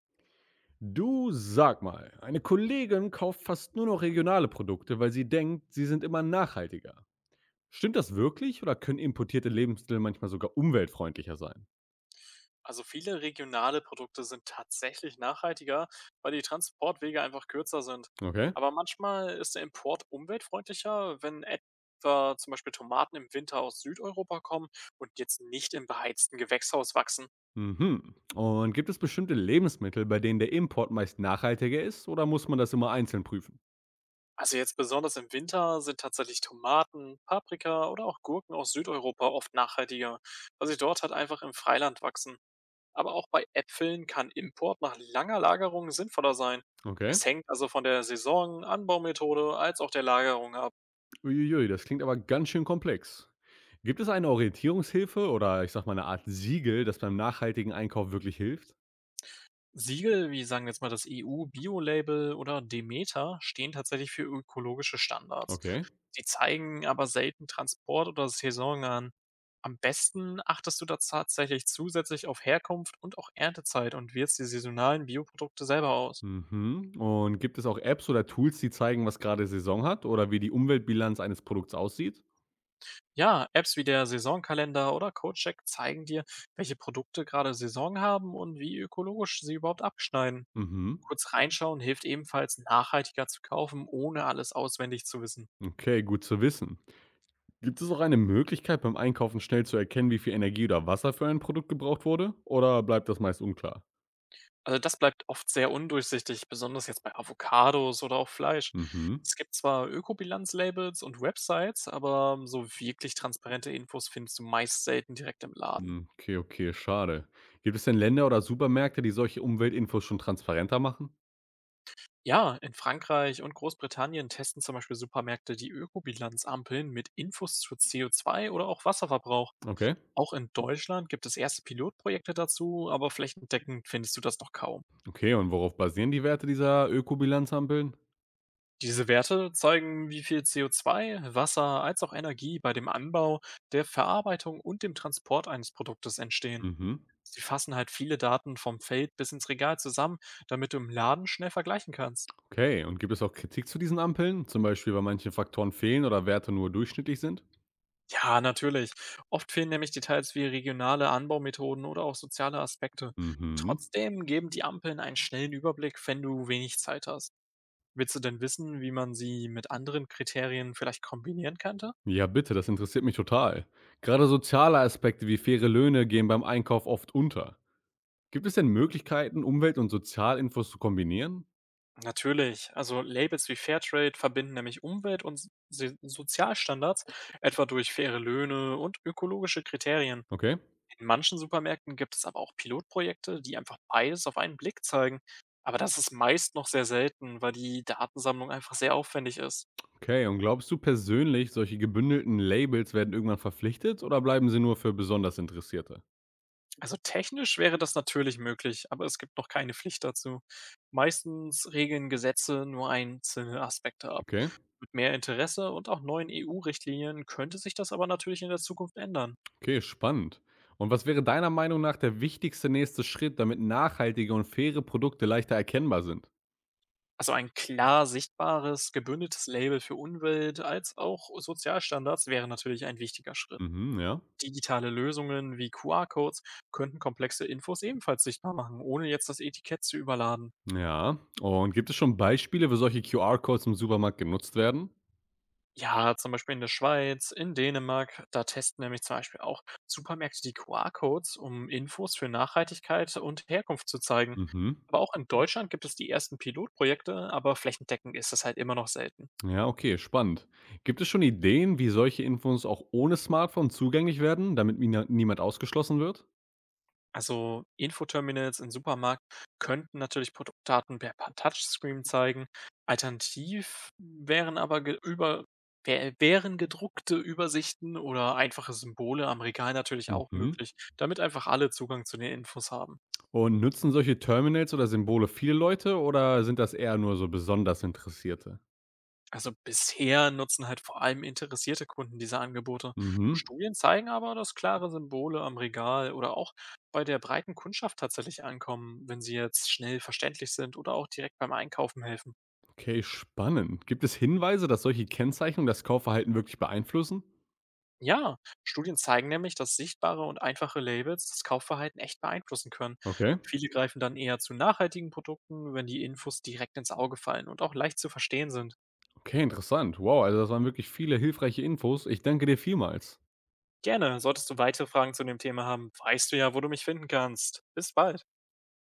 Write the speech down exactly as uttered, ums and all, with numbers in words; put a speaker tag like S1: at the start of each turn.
S1: Du, sag mal, eine Kollegin kauft fast nur noch regionale Produkte, weil sie denkt, sie sind immer nachhaltiger. Stimmt das wirklich oder können importierte Lebensmittel manchmal sogar umweltfreundlicher sein?
S2: Also viele regionale Produkte sind tatsächlich nachhaltiger, weil die Transportwege einfach kürzer sind.
S1: Okay.
S2: Aber manchmal ist der Import umweltfreundlicher, wenn etwa zum Beispiel Tomaten im Winter aus Südeuropa kommen und jetzt nicht im beheizten Gewächshaus wachsen.
S1: Mhm. Und gibt es bestimmte Lebensmittel, bei denen der Import meist nachhaltiger ist oder muss man das immer einzeln prüfen?
S2: Also jetzt besonders im Winter sind tatsächlich Tomaten, Paprika oder auch Gurken aus Südeuropa oft nachhaltiger, weil sie dort halt einfach im Freiland wachsen. Aber auch bei Äpfeln kann Import nach langer Lagerung sinnvoller sein.
S1: Okay.
S2: Es hängt also von der Saison, Anbaumethode als auch der Lagerung ab.
S1: Uiuiui, das klingt aber ganz schön komplex. Gibt es eine Orientierungshilfe oder, ich sag mal, eine Art Siegel, das beim nachhaltigen Einkauf wirklich hilft?
S2: Siegel wie sagen wir jetzt mal das E U-Bio-Label oder Demeter stehen tatsächlich für ökologische Standards.
S1: Okay.
S2: Sie zeigen aber selten Transport oder Saison an. Am besten achtest du da tatsächlich zusätzlich auf Herkunft und auch Erntezeit und wählst die saisonalen Bioprodukte selber aus.
S1: Mhm. Und gibt es auch Apps oder Tools, die zeigen, was gerade Saison hat oder wie die Umweltbilanz eines Produkts aussieht?
S2: Ja, Apps wie der Saisonkalender oder CodeCheck zeigen dir, welche Produkte gerade Saison haben und wie ökologisch sie überhaupt abschneiden.
S1: Mhm.
S2: Kurz reinschauen hilft ebenfalls, nachhaltiger zu kaufen, ohne alles auswendig zu wissen.
S1: Okay, gut zu wissen. Gibt es auch eine Möglichkeit, beim Einkaufen schnell zu erkennen, wie viel Energie oder Wasser für ein Produkt gebraucht wurde? Oder bleibt das meist unklar?
S2: Also das bleibt oft sehr undurchsichtig, besonders jetzt bei Avocados oder auch Fleisch.
S1: Mhm.
S2: Es gibt zwar Ökobilanzlabels und Websites, aber so wirklich transparente Infos findest du meist selten direkt im Laden.
S1: Mm, okay, okay, schade. Gibt es denn Länder oder Supermärkte, die solche Umweltinfos schon transparenter machen?
S2: Ja, in Frankreich und Großbritannien testen zum Beispiel Supermärkte die Ökobilanzampeln mit Infos zu C O zwei oder auch Wasserverbrauch.
S1: Okay.
S2: Auch in Deutschland gibt es erste Pilotprojekte dazu, aber flächendeckend findest du das noch kaum.
S1: Okay, und worauf basieren die Werte dieser Ökobilanzampeln?
S2: Diese Werte zeigen, wie viel C O zwei, Wasser als auch Energie bei dem Anbau, der Verarbeitung und dem Transport eines Produktes entstehen.
S1: Mhm.
S2: Sie fassen halt viele Daten vom Feld bis ins Regal zusammen, damit du im Laden schnell vergleichen kannst.
S1: Okay, und gibt es auch Kritik zu diesen Ampeln? Zum Beispiel, weil manche Faktoren fehlen oder Werte nur durchschnittlich sind?
S2: Ja, natürlich. Oft fehlen nämlich Details wie regionale Anbaumethoden oder auch soziale Aspekte.
S1: Mhm.
S2: Trotzdem geben die Ampeln einen schnellen Überblick, wenn du wenig Zeit hast. Willst du denn wissen, wie man sie mit anderen Kriterien vielleicht kombinieren könnte?
S1: Ja, bitte, das interessiert mich total. Gerade soziale Aspekte wie faire Löhne gehen beim Einkauf oft unter. Gibt es denn Möglichkeiten, Umwelt- und Sozialinfos zu kombinieren?
S2: Natürlich. Also Labels wie Fairtrade verbinden nämlich Umwelt- und Se- Sozialstandards, etwa durch faire Löhne und ökologische Kriterien.
S1: Okay.
S2: In manchen Supermärkten gibt es aber auch Pilotprojekte, die einfach beides auf einen Blick zeigen. Aber das ist meist noch sehr selten, weil die Datensammlung einfach sehr aufwendig ist.
S1: Okay, und glaubst du persönlich, solche gebündelten Labels werden irgendwann verpflichtet oder bleiben sie nur für besonders Interessierte?
S2: Also technisch wäre das natürlich möglich, aber es gibt noch keine Pflicht dazu. Meistens regeln Gesetze nur einzelne Aspekte ab.
S1: Okay,
S2: Mit mehr Interesse und auch neuen E U-Richtlinien könnte sich das aber natürlich in der Zukunft ändern.
S1: okay, spannend. Und was wäre deiner Meinung nach der wichtigste nächste Schritt, damit nachhaltige und faire Produkte leichter erkennbar sind?
S2: Also ein klar sichtbares, gebündeltes Label für Umwelt als auch Sozialstandards wäre natürlich ein wichtiger Schritt.
S1: Mhm, ja.
S2: Digitale Lösungen wie Q R-Codes könnten komplexe Infos ebenfalls sichtbar machen, ohne jetzt das Etikett zu überladen.
S1: Ja. Und gibt es schon Beispiele, wo solche Q R-Codes im Supermarkt genutzt werden?
S2: Ja, zum Beispiel in der Schweiz, in Dänemark, da testen nämlich zum Beispiel auch Supermärkte die Q R-Codes, um Infos für Nachhaltigkeit und Herkunft zu zeigen.
S1: Mhm.
S2: Aber auch in Deutschland gibt es die ersten Pilotprojekte, aber flächendeckend ist das halt immer noch selten.
S1: Ja, okay, spannend. Gibt es schon Ideen, wie solche Infos auch ohne Smartphone zugänglich werden, damit mina- niemand ausgeschlossen wird?
S2: Also Infoterminals im Supermarkt könnten natürlich Produktdaten per Pa- Touchscreen zeigen. Alternativ wären aber ge über wär- wären gedruckte Übersichten oder einfache Symbole am Regal natürlich auch
S1: Mhm.
S2: möglich, damit einfach alle Zugang zu den Infos haben.
S1: Und nutzen solche Terminals oder Symbole viele Leute oder sind das eher nur so besonders Interessierte?
S2: Also bisher nutzen halt vor allem interessierte Kunden diese Angebote.
S1: Mhm.
S2: Studien zeigen aber, dass klare Symbole am Regal oder auch bei der breiten Kundschaft tatsächlich ankommen, wenn sie jetzt schnell verständlich sind oder auch direkt beim Einkaufen helfen.
S1: Okay, spannend. Gibt es Hinweise, dass solche Kennzeichnungen das Kaufverhalten wirklich beeinflussen?
S2: Ja, Studien zeigen nämlich, dass sichtbare und einfache Labels das Kaufverhalten echt beeinflussen können.
S1: Okay.
S2: Viele greifen dann eher zu nachhaltigen Produkten, wenn die Infos direkt ins Auge fallen und auch leicht zu verstehen sind.
S1: Okay, interessant. Wow, also das waren wirklich viele hilfreiche Infos. Ich danke dir vielmals.
S2: Gerne, solltest du weitere Fragen zu dem Thema haben, weißt du ja, wo du mich finden kannst. Bis bald.